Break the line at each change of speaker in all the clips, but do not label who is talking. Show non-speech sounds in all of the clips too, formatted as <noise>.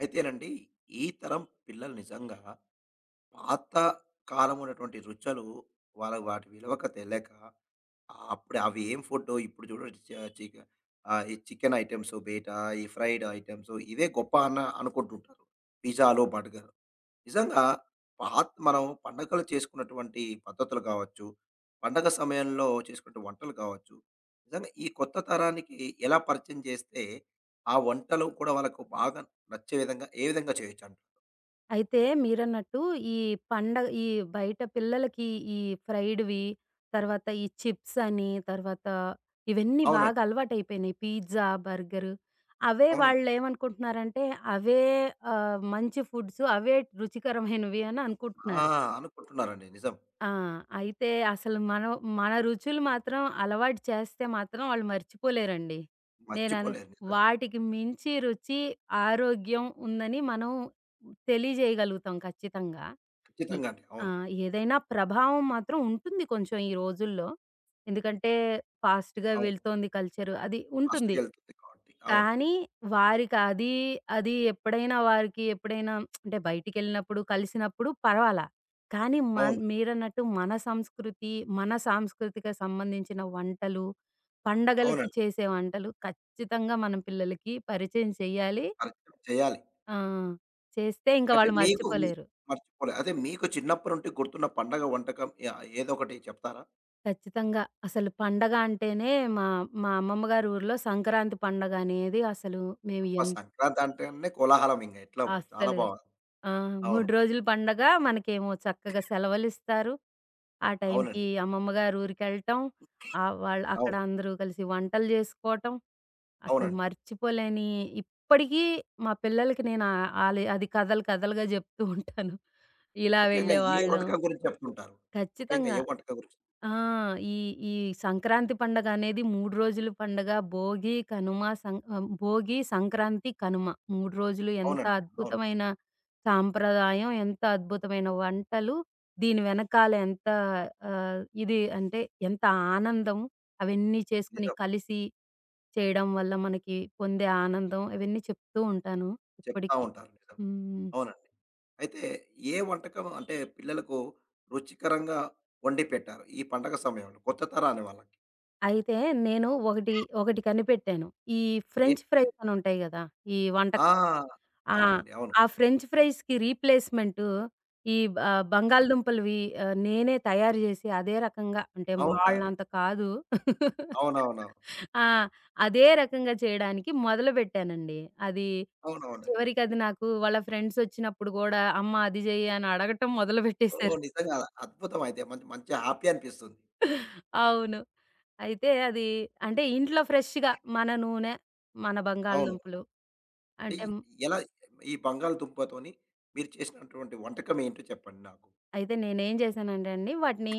అయితేనండి, ఈ తరం పిల్లలు నిజంగా పాత కాలం ఉన్నటువంటి రుచులు వాళ్ళ వాటి విలువక తెలియక ఆ అప్పుడు అవి ఏం ఫుడ్డు ఇప్పుడు చూడండి చిక ఈ చికెన్ ఐటెమ్స్ బయట, ఈ ఫ్రైడ్ ఐటెమ్స్ ఇవే గొప్ప అనుకుంటుంటారు. పిజ్జాలు, బర్గర్. నిజంగా పాత మనం పండగలు చేసుకున్నటువంటి పద్ధతులు కావచ్చు, పండగ సమయంలో చేసుకునే వంటలు కావచ్చు. నిజంగా ఈ కొత్త తరానికి ఎలా పరిచయం చేస్తే, ఆ వంటలు కూడా వాళ్ళకు బాగా నచ్చే విధంగా ఏ విధంగా చేయొచ్చంటారు?
అయితే మీరన్నట్టు ఈ పండగ బయట పిల్లలకి ఈ ఫ్రైడ్‌వి, తర్వాత ఈ చిప్స్ అని, తర్వాత ఇవన్నీ
అవునండి.
బాగా అలవాటైపోయినాయి. Pizza, burger. అవే
అవునండి.
వాళ్ళేమనుకుంటున్నారంటే అవే మంచి ఫుడ్స్, అవే రుచికరమైనవి అని
ఆ!
అనుకుంటున్నారు.
అనుకుంటున్నారండి. నిజం.
ఆ! అయితే అసలు మనం మన రుచులు మాత్రం అలవాటు చేస్తే మాత్రం వాళ్ళు మర్చిపోలేరండి. నేనను
మర్చిపోలేరు నిజంగా.
వాటికి మించి రుచి, ఆరోగ్యం ఉందని మనం తెలియజేయగలుగుతాం ఖచ్చితంగా. ఈ
ఖచ్చితంగా అండి.
ఆ!
అవును.
ఏదైనా ప్రభావం మాత్రం ఉంటుంది కొంచెం ఈ రోజుల్లో. ఎందుకంటే ఫాస్ట్‌గా
అవును.
వెళ్తోంది కల్చరు అది ఉంటుంది.
ఫాస్ట్‌గెళ్తుంది కాబట్టి. అవును.
కానీ వారికి అది, ఎప్పుడైనా అంటే బయటికెళ్ళినప్పుడు, కలిసినప్పుడు పర్వాలా. కానీ
అవును.
మీరన్నట్టు మన సంస్కృతి, మన సాంస్కృతిక సంబంధించిన వంటలు, పండగలకి
అవునండి.
చేసే వంటలు ఖచ్చితంగా మనం పిల్లలకి పరిచయం చేయాలి.
పరిచయం చేయాలి.
ఆ! చేస్తే ఇంక
అంటే
వాళ్ళు
మీకు మీ
మర్చిపోలేరు.
అదే మీకు చిన్నప్పటి నుండి గుర్తున్న పండగ వంటకం ఏదో ఒకటి చెప్తారా?
ఖచ్చితంగా. అసలు పండగ అంటేనే మా మా అమ్మమ్మ గారి ఊర్లో సంక్రాంతి పండగనేది అసలు మేము
అబ్బా!
ఎంత
సంక్రాంతి అంటేనే కోలాహలం ఇంక ఎట్లా చాలా
అస్సలు
బా
ఆ!
అవును.
3 రోజులు పండగ. మనకేమో చక్కగా సెలవులిస్తారు. ఆ టైంకి
అవునండి.
అమ్మమ్మ గారి ఊరికెళ్ళటం. వాళ్ళు అక్కడ
అవును.
అందరూ కలిసి వంటలు జేసుకోవటం. అసలు
అవునండి.
మర్చిపోలేని ఇప్పటికీ మా పిల్లలకి నేను ఆహ్, ఆలి అది కథలు కథలుగా జెప్తూ ఉంటాను. ఇలా
ముఖ్యంగా ఏ
వెళ్ళేవాళ్ళం.
వంటకం గురించి చెప్తుంటారు? ముఖ్యంగా
ఖచ్చితంగా.
ఏ వంటకం గురించి?
ఆ! ఈ ఈ సంక్రాంతి పండగ అనేది 3 రోజుల పండగ. భోగి, కనుమ, భోగి, సంక్రాంతి, కనుమ 3 రోజులు ఎంత
అవునండి. అవును.
అద్భుతమైన సాంప్రదాయం, ఎంత అద్భుతమైన వంటలు, దీని వెనకాల ఎంత ఇది అంటే ఎంత ఆనందం అవన్నీ చేసుకొని
నిజం.
కలిసి చేయడం వల్ల మనకి పొందే ఆనందం ఇవన్నీ చెప్తూ ఉంటాను
చెప్తా
ఇప్పటికి.
ఉంటారు. నిజం.
హ్మ్.
అవునండి. అయితే ఏ వంటకం అంటే పిల్లలకు రుచికరంగా వండి పెట్టారు ఈ పండగ సమయంలో కొత్త తరాని వాళ్ళకి?
అయితే నేను ఒకటి కనిపెట్టాను. ఈ ఫ్రెంచ్
ఏంటిదది?
ఫ్రైస్ అని ఉంటాయి గదా! ఈ వంట
ఆ!
ఆ!
అవునండి. అవును.
ఆ ఫ్రెంచ్ ఫ్రైస్‌కి రీప్లేస్‌మెంటు ఈ బంగాళదుంపలవి. నేనే తయారు జేసి అదే రకంగా అంటే
అవునా?
వాళ్ళంత కాదు. <laughs>
అవునవునవును.
ఆ! అదే రకంగా చేయడానికి మొదలుబెట్టానండి. అది
అవునవును.
చివరికి అది నాకు వాళ్ళ ఫ్రెండ్స్ ఒచ్చినప్పుడు గూడా, "అమ్మ అది జెయ్యి" అని అడగటం
ఓహ్!
మొదలుబెట్టేశారు.
నిజంగా అద్భుతం అయితే. మంచి మంచి హ్యాపీ అనిపిస్తుంది.
<laughs> అవును. అయితే అది అంటే ఇంట్లో ఫ్రెష్‌గా మన నూనె, మన
అవును.
బంగాళదుంపలు
అంటే
అంటే
ఈ- ఎలా ఈ బంగాళదుంపతోని మీరు చేసినటువంటి వంటకం ఏంటో చెప్పండి నాకు?
అయితే నేనేం చేశానంటే అండి వాటిని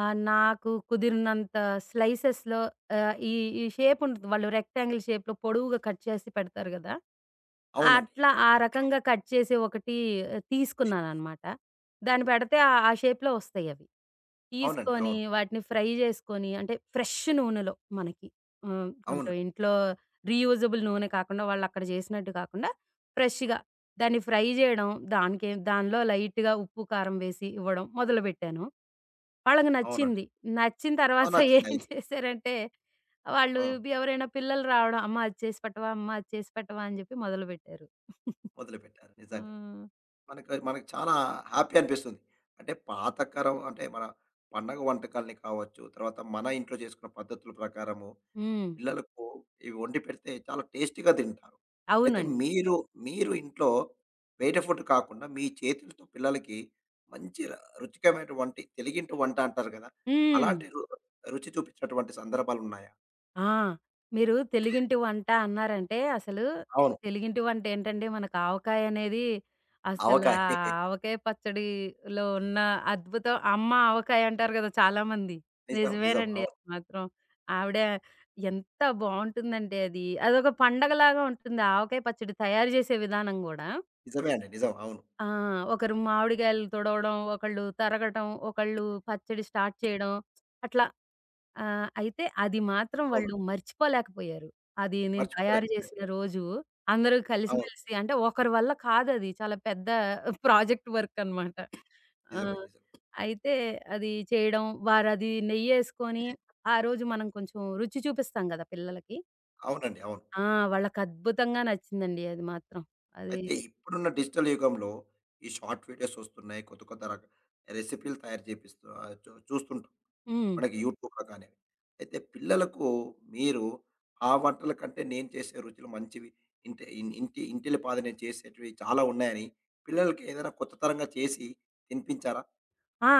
ఆ! నాకు కుదిరినంత స్లైసెస్‌లో ఆహ్, ఈ ఈ షేప్ ఉంటది. వాళ్ళు రెక్టాంగిల్ షేప్‌లో పొడవుగా కట్ చేసి పెడతారు గదా!
అవునండి.
అట్లా ఆ రకంగా కట్ చేసి ఒకటి తీసుకున్నాననమాట. దాన్ని పెడితే ఆ ఆ షేప్‌లో వస్తాయవి.
అవునండి.
తీసుకొని
అవును.
వాటిని ఫ్రై జేసుకొని అంటే ఫ్రెష్ నూనెలో మనకి. హ్మ్. కొంచెం
అవును.
ఇంట్లో రీయూజబుల్ నూనె కాకుండా వాళ్ళక్కడ జేసినట్టు కాకుండా ఫ్రెష్‌గా దాన్ని ఫ్రై జేయడం, దానికే దానిలో లైట్‌గా ఉప్పు, కారం వేసి ఇవ్వడం మొదలుబెట్టాను. వాళ్ళకి
అవునండి.
నచ్చింది. నచ్చిన
ఆ!
తర్వాత <laughs> ఏం
నచ్చిందయితే.
చేశారంటే, వాళ్ళు
అవును.
ఎవరైనా పిల్లలు రావడం, "అమ్మ అది చేసి పెట్టవా? అమ్మ అది చేసి పెట్టవా?" అని జెప్పి మొదలుబెట్టారు.
మొదలుపెట్టారు నిజంగా.
హ్మ్.
మనకి మనకి చాలా హ్యాపీ అనిపిస్తుంది. అంటే పాతతరం అంటే మన పండగ వంటకాల్ని కావచ్చు, తర్వాత మన ఇంట్లో చేసుకున్న పద్ధతుల ప్రకారము హ్మ్.
హ్మ్. <laughs>
పిల్లలకు ఇవి వండి పెడితే చాలా టేస్టీగా తింటారు. అయితే
అవునండి.
మీరు, మీరు ఇంట్లో బయట ఫుడ్ కాకుండా మీ చేతులతో పిల్లలకి మంచి రుచికరమైనటువంటి తెలుగింటి వంట అంటారు కదా!
హ్మ్.
అలాంటి రుచి చూపించినటువంటి సందర్భాలున్నాయా?
ఆ! మీరు తెలుగింటి వంట అన్నారంటే అసలు
అవును.
తెలుగింటి వంట ఏంటండి మనకు ఆవకాయ అనేది అసలు
ఆవకాయ. <laughs>
ఆవకాయ పచ్చడిలో ఉన్న అద్భుతం. అమ్మ ఆవకాయ అంటారు కదా! చాలామంది.
నిజం. నిజం.
నిజమేనండి.
అవును.
అది మాత్రం ఆవిడ ఎంత బావుంటుందంటే అది. అదొక పండగలాగా ఉంటుంది. ఆవకాయ పచ్చడి తయారు చేసే విధానం గూడా.
నిజమే అండి. నిజం. అవును.
ఆ! ఒకరు మామిడికాయలు తుడవడం, ఒకళ్ళు తరగటం, ఒకళ్ళు పచ్చడి స్టార్ట్ చేయడం అట్లా. ఆ! అయితే అది మాత్రం
అవును.
వాళ్ళు మర్చిపోలేకపోయారు. అది నేను తయారు
మర్చిపోలేకపోయారు.
చేసిన రోజు అందరూ
అవును.
కలిసిమెలిసి అంటే ఒకరి వల్ల కాదది. చాలా పెద్ద ప్రాజెక్ట్ వర్క్ అనమాట. ఆ!
నిజమే. నిజం.
అయితే అది చేయడం వారది నెయ్యేసుకొని ఆ రోజు మనం కొంచెం రుచి చూపిస్తాం గదా! పిల్లలకి.
అవునండి. అవును.
ఆ! వాళ్ళకద్భుతంగా నచ్చిందండి అది మాత్రం. అది
అయితే ఇప్పుడున్న డిజిటల్ యుగంలో ఈ షార్ట్ వీడియోస్ వస్తున్నాయి. కొత్త కొత్త రెసిపీలు తయారు చేపిస్తూ ఆహ్, చూ చూస్తుంటాం.
హ్మ్.
మనకి యూట్యూబ్‌లో కానీ. అయితే పిల్లలకు మీరు ఆ వంటల కంటే నేను చేసే రుచులు మంచివి. ఇంటి ఇన్ ఇంటి ఇంటిల్లిపాది నేను చేసేటివి చాలా ఉన్నాయని పిల్లలకి ఏదైనా కొత్త తరంగా చేసి తినిపించారా?
ఆ!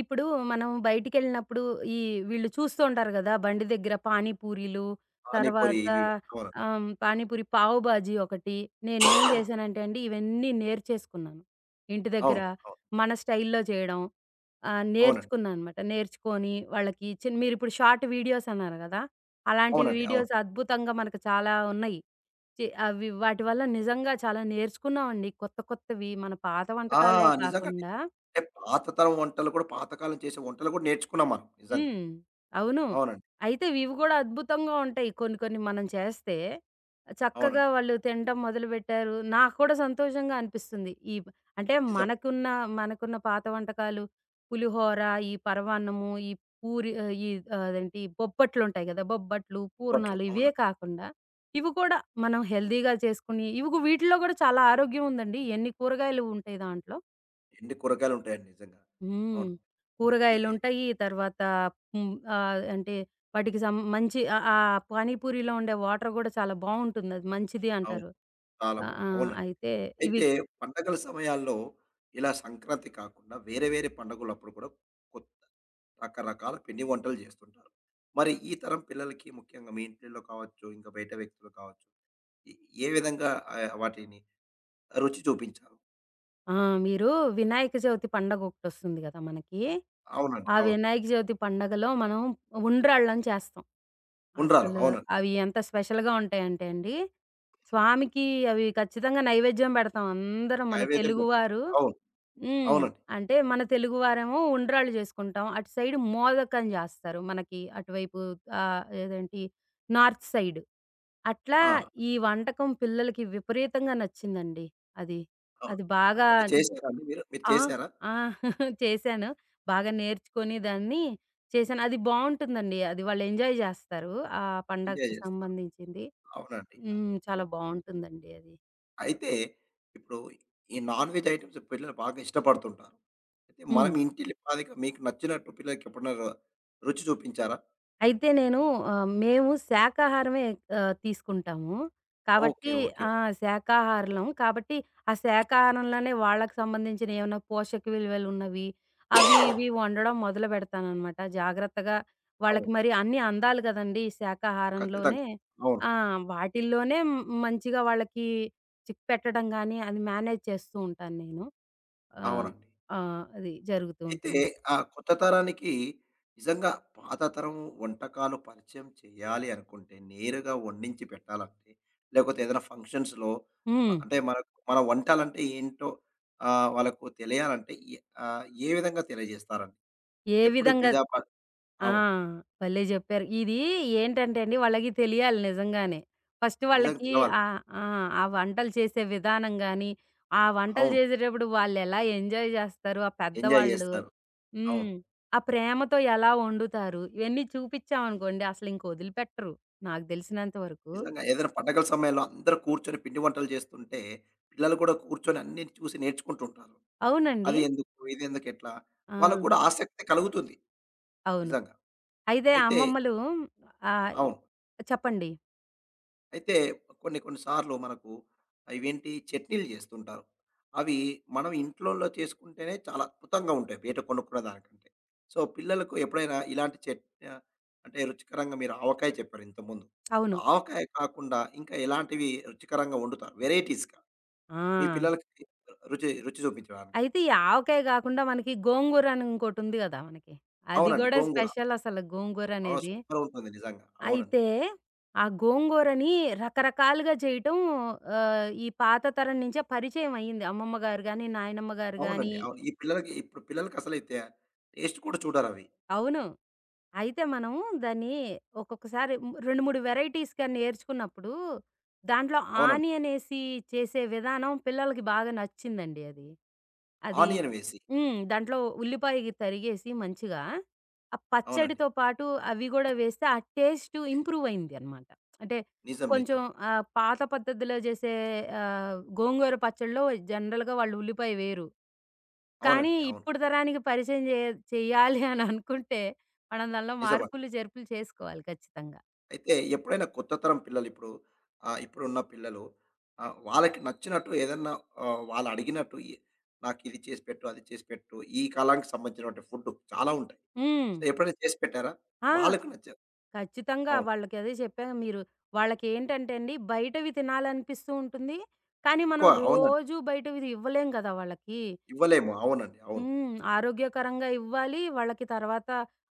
ఇప్పుడు మనం బయటికెళ్ళినప్పుడు ఈ వీళ్ళు చూస్తూ ఉంటారు గదా! బండి దగ్గర పానీపూరీలు,
పానీపూరి
తర్వాత
ఇవి అవును.
పానీపూరి, పావు బాజీ ఒకటి. నేనేం చేశానంటే అండి, ఇవన్నీ నేర్చేసుకున్నాను. ఇంటి దగ్గర
అవును. అవును.
మన స్టైల్‌లో చేయడం
అవునండి.
నేర్చుకున్నాననమాట. నేర్చుకొని వాళ్ళకి మీరిప్పుడు షార్ట్ వీడియోస్ అన్నారు గదా! అలాంటి
అవునండి. అవును.
వీడియోస్ అద్భుతంగా మనకు చాలా ఉన్నాయి. అవి వాటి వల్ల నిజంగా చాలా నేర్చుకున్నామండి కొత్త కొత్తవి. మన పాత
ఆ!
వంటకాలే
నిజంగండి.
కాకుండా
అంటే పాత తరం వంటలు కూడా పాతకాలం చేసే వంటలు కూడా నేర్చుకున్నాం మనం నిజంగా.
హ్మ్. అవును.
అవునండి.
అయితే ఇవి గూడా అద్భుతంగా ఉంటాయి. కొన్ని కొన్ని మనం చేస్తే చక్కగా
అవునండి.
వాళ్ళు తినటం మొదలుపెట్టారు. నాకు కూడా సంతోషంగా అనిపిస్తుంది. ఈ అంటే
నిజం.
మనకున్న మనకున్న పాత వంటకాలు పులిహోర, ఈ పరమాన్నము, ఈ పూరి అదేంటి బొబ్బట్లుంటాయి గదా! బొబ్బట్లు,
అప్పట్లో.
పూర్ణాలు ఇవే
అవునండి.
కాకుండా ఇవి కూడా మనం హెల్తీగా చేసుకొని ఇవి గు వీటిలో గూడా చాలా ఆరోగ్యం ఉందండి. ఎన్ని కూరగాయలు ఉంటాయి దాంట్లో.
ఎన్ని కూరగాయలుంటాయండి నిజంగా.
హ్మ్.
అవును. అదే
కూరగాయలుంటయి. తర్వాత హ్మ్. అంటే వాటికి సం మంచి ఆ పానీపూరిలో ఉండే వాటర్ గూడా చాలా బావుంటుంది. అది మంచిది
అవును.
అంటారు.
చాలా
ఆ!
బావుం
ఆ!
అవునండి.
అయితే ఇవి
అయితే పండగల సమయాల్లో ఇలా సంక్రాంతి కాకుండా వేరే వేరే పండుగలప్పుడు కూడా కొత్త రకరకాల పిండి వంటలు చేస్తుంటారు. మరి ఈ తరం పిల్లలకి ముఖ్యంగా మీ ఇంట్లో కావచ్చు, ఇంకా బయట వ్యక్తులు కావచ్చు, ఏ ఏ విధంగా వాటిని రుచి చూపించారు?
ఆ! మీరు వినాయక చవితి పండగొకటొస్తుంది గదా! మనకి.
అవునండి.
ఆ
అవును.
వినాయక చవితి పండగలో మనం ఉండ్రాళ్ళని చేస్తాం.
ఉండ్రాలు.
అసలు
అవునండి.
అవి ఎంత స్పెషల్‌గా ఉంటాయంటే అండి, స్వామికి అవి ఖచ్చితంగా నైవేద్యం బెడతాం. అందరం మన
నైవేద్యం పెట్టారు.
తెలుగువారు.
అవును.
హ్మ్.
అవునండి.
అంటే మన తెలుగు వారేమో ఉండ్రాళ్ళు చేసుకుంటాం. అటు సైడ్ మోదకం జేస్తారు. మనకి అటువైపు ఆహ్, ఏదేంటి నార్త్ సైడ్. అట్లా
ఆ!
ఈ వంటకం పిల్లలకి విపరీతంగా నచ్చిందండి అది.
అవును.
అది బాగా
అంటే చేసారా అండి మీరు? మీరు
ఆ!
చేసారా?
ఆ! <laughs> చేశాను. బాగా నేర్చుకొని దాన్ని చేశాను. అది బావుంటుందండి. అది వాళ్ళు ఎంజాయ్ జేస్తారు. ఆ
ఎంజాయ్
పండగకి
చేస్తారా?
సంబంధించింది.
అవునండి.
హ్మ్. చాలా బావుంటుందండి అది.
అయితే ఇప్పుడు ఈ నాన్ వెజ్ ఐటెమ్స్ పిల్లలు బాగా ఇష్టపడుతుంటారు. అయితే
హ్మ్.
మనం ఇంటి లిపాదిగా మీకు నచ్చినట్టు పిల్లలకి ఎప్పుడైనా రుచి చూపించారా?
అయితే నేను మేము శాకాహారమే తీసుకుంటాము.
ఓకే.
కాబట్టి
ఓకే.
ఆ! శాకాహారం. కాబట్టి ఆ శాకాహారంలోనే వాళ్ళకి సంబంధించిన ఏమన్నా పోషక విలువలున్నవి అవి, ఇవి వండడం మొదలుపెడతాననమాట జాగ్రత్తగా. వాళ్ళకి
అవును.
మరి అన్నీ అందాలి గదండీ!
ఖచ్చితంగా.
శాకాహారంలోనే.
అవును.
ఆ! వాటిల్లోనే మ్ మంచిగా వాళ్ళకి చిక్పెట్టడం గానీ, అది మేనేజ్ చేస్తూ ఉంటాను నేను. ఆహ్,
అవునండి.
ఆ! అది జరుగుతూ
అయితే
ఉంటుందండి.
ఆ కొత్త తరానికి నిజంగా పాత తరం వంటకాలు పరిచయం చేయాలి అనుకుంటే, నేరుగా వండించి పెట్టాలంటే, లేకపోతే ఏదైనా ఫంక్షన్స్‌లో
హ్మ్.
అంటే మనకు మన వంటలంటే ఏంటో వాళ్ళకు తెలియాలంటే ఏ విధంగా తెలియజేస్తారండి?
ఏ
ఎప్పుడు
విధంగా
పిజ్జా బ
ఆ!
అవును.
భలే జెప్పారు. ఇది ఏంటంటే అండి, వాళ్ళకి తెలియాలి నిజంగానే. ఫస్ట్
నిజంగా
వాళ్ళకి
తెలవాలి.
ఆ! ఆ వంటలు చేసే విధానం గాని, ఆ వంటలు
అవును.
చేసేటప్పుడు వాళ్ళెలా ఎంజాయ్ జేస్తారు, ఆ
ఎంజాయ్
పెద్దవాళ్ళు.
జేస్తారు. అవును.
హ్మ్. ఆ ప్రేమతో ఎలా వండుతారు, ఇవన్నీ చూపిచ్చామనుకోండి అసలింక వదిలిపెట్టరు, నాకు తెలిసినంత వరకు.
నిజంగా ఏదైనా పండగల సమయంలో అందరూ కూర్చొని పిండి వంటలు జేస్తుంటే, పిల్లలు కూడా కూర్చొని అన్నీ చూసి నేర్చుకుంటుంటారు.
అవునండి.
అది ఎందుకు? ఇది ఎందుకు? ఎట్లా?
ఆ!
వాళ్ళకి కూడా ఆసక్తి కలుగుతుంది
అవును.
నిజంగా.
అయితే
అయితే
అమ్మమ్మలు ఆహ్, ఇ
అవును.
చెప్పండి.
అయితే కొన్ని కొన్ని సార్లు మనకు ఇవేంటి చట్నీలు చేస్తుంటారు. అవి మనం ఇంట్లోలో చేసుకుంటేనే చాలా అద్భుతంగా ఉంటాయి. బయట కొనుక్కునే దానికంటే. సో, పిల్లలకు ఎప్పుడైనా ఇలాంటి ఆహ్, అంటే రుచికరంగా మీరు ఆవకాయ చెప్పారు ఇంతకుముందు. సో
అవును.
ఆవకాయ కాకుండా ఇంకా ఎలాంటివి రుచికరంగా వండుతారు వెరైటీస్‌గా మీ
ఆ!
పిల్లలకి రుచి రుచి చూపించడానికి?
అయితే ఈ ఆవకాయ గాకుండా మనకి గోంగూర అని ఇంకోటుంది గదా! మనకి. అది
అవునండి.
గూడా
గోంగూర.
స్పెషల్ అసలు
ఆ!
గోంగూరనేది.
సూపర్ ఉంటుంది నిజంగా. అవునండి.
అయితే ఆ గోంగూరని రకరకాలుగా చేయటం ఈ పాత తరం నుంచే పరిచయం అయింది. అమ్మమ్మ గారు గాని, నాయనమ్మ గారు గాని
అవునండి. అవును. ఈ పిల్లలకి ఇప్పుడు పిల్లలకి అసలైతే టేస్ట్ కూడా చూడరవి.
అవును. అయితే మనం దాన్ని ఒక్కొక్కసారి 2, 3 వెరైటీస్‌గా నేర్చుకున్నప్పుడు, దాంట్లో
అవునండి.
ఆనియన్ ఏసి చేసే విధానం పిల్లలకి బాగా నచ్చిందండి అది. అది
ఆనియన్ వేసి.
హ్మ్. దాంట్లో ఉల్లిపాయ తరిగేసి మంచిగా, ఆ
అవునండి.
పచ్చడితో పాటు అవి గూడా వేస్తే ఆ టేస్ట్ ఇంప్రూవ్ అయిందనమాట. అంటే
నిజం.
కొంచెం
నిజం.
పాత పద్ధతిలో చేసే గోంగూర పచ్చడిలో జనరల్‌గా వాళ్ళు ఉల్లిపాయ వేయరు. కానీ
అవునండి. అవును.
ఇప్పుడు తరానికి పరిచయం చేయాలి అని అనుకుంటే, మనం దానిలో
నిజమండి.
మార్పులు, చేర్పులు చేసుకోవాలి ఖచ్చితంగా.
అయితే ఎప్పుడైనా కొత్త తరం పిల్లలు ఇప్పుడు ఇప్పుడున్న పిల్లలు వాళ్ళకి నచ్చినట్టు ఏదన్నా వాళ్ళు అడిగినట్టు నాకు ఇది చేసి పెట్టు, అది చేసి పెట్టు, ఈ కాలానికి సంబంధించినటువంటి ఫుడ్ చాలా ఉంటాయి.
హ్మ్.
సో, ఎప్పుడైనా చేసి పెట్టారా?
ఆ!
వాళ్ళకి నచ్చారు.
ఖచ్చితంగా.
అవును.
వాళ్ళకి అదే చెప్పాగా మీరు. వాళ్ళకేంటంటే అండి, బయటవి తినాలనిపిస్తూ ఉంటుంది. కానీ మనం
ఎక్కువ అవునండి.
రోజూ బయటవిది ఇవ్వలేం కదా వాళ్ళకి.
ఇవ్వలేము. అవునండి. అవును.
హ్మ్. ఆరోగ్యకరంగా ఇవ్వాలి. వాళ్ళకి తర్వాత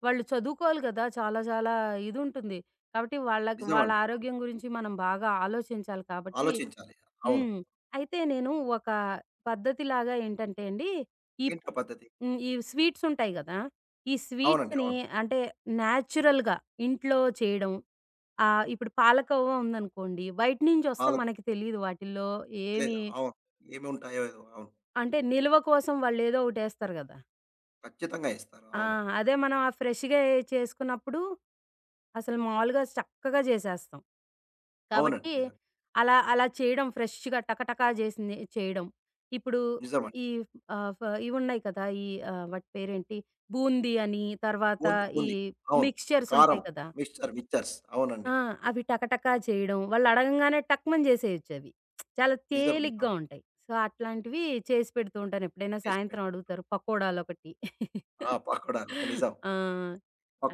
వాళ్ళు చదువుకోవాలి కదా! చాలా చాలా ఇదుంటుంది. కాబట్టి వాళ్ళకి వాళ్ళ
నిజమండి. అవును.
ఆరోగ్యం గురించి మనం బాగా ఆలోచించాలి కాబట్టి
ఆలోచించాలి. అవును.
హ్మ్. అయితే నేను ఒక పద్ధతిలాగా ఏంటంటే అండి, ఈ
ఏంటో పద్ధతి?
హ్మ్. ఈ స్వీట్స్ ఉంటాయి గదా! ఈ
అవునండి.
స్వీట్స్‌ని
అవును.
అంటే నేచురల్‌గా ఇంట్లో చేయడం. ఇప్పుడు పాలకోవా ఉందనుకోండి, బయట నుంచొస్తే
వాళ్ళకు
మనకి తెలీదు వాటిల్లో
తెలియదు.
ఏమి
అవును. ఏమి ఉంటాయో ఏదో. అవును.
అంటే నిల్వ కోసం వాళ్ళేదో ఒకటేస్తారు గదా!
ఖచ్చితంగా ఇస్తారు.
ఆ!
అవును.
అదే మనం ఆ ఫ్రెష్‌గా ఏ చేసుకున్నప్పుడు అసలు మామూలుగా చక్కగా చేసేస్తాం.
అవునండి.
కాబట్టి
నిజం.
అలా అలా చేయడం ఫ్రెష్‌గా టకటకా చేసింది చేయడం. ఇప్పుడు
నిజమండి.
ఈ ఆహ్, ఫ ఇవున్నాయి కదా! వాటి పేరేంటి బూందీ అని, తర్వాత
బూంది,
ఈ
బూంది. అవును.
మిక్స్చర్స్
కారం,
ఉంటాయి కదా!
Mixture, mixtures. అవునండి.
ఆ! అవి టకటకా చేయడం. వాళ్ళు అడగంగానే టక్‌మని చేసేయొచ్చవి. చాలా
నిజం. నిజం.
తేలిగ్గా
అండి.
ఉంటాయి. సో, అట్లాంటివి చేసి పెడుతూ ఉంటాను. ఎప్పుడైనా
చేసి
సాయంత్రం
పెడతాం.
అడుగుతారు పకోడాలొకటి.
ఆ! పకోడాలు. <laughs> నిజం.
ఆ!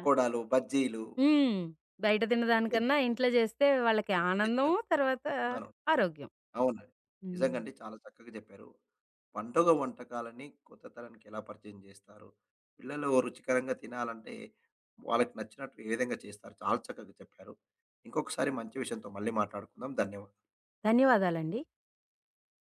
ఆ!
బజ్జీలు
హ్మ్. బయట
ముఖ్యంగా.
తినడానికన్నా ఇంట్లో చేస్తే వాళ్ళకి
చేస్తే
ఆనందం, తర్వాత
అవును.
ఆరోగ్యం.
అవునండి.
హ్మ్.
నిజంగండి చాలా చక్కగా చెప్పారు. పండుగ వంటకాలని కొత్త తరానికి ఎలా పరిచయం చేస్తారు? పిల్లలు రుచికరంగా తినాలంటే వాళ్ళకి నచ్చినట్టు ఏ విధంగా చేస్తారు? చాలా చక్కగా చెప్పారు. ఇంకొకసారి మంచి విషయంతో మళ్ళీ మాట్లాడుకుందాం. ధన్యవాదాలు.
ధన్యవాదాలండి.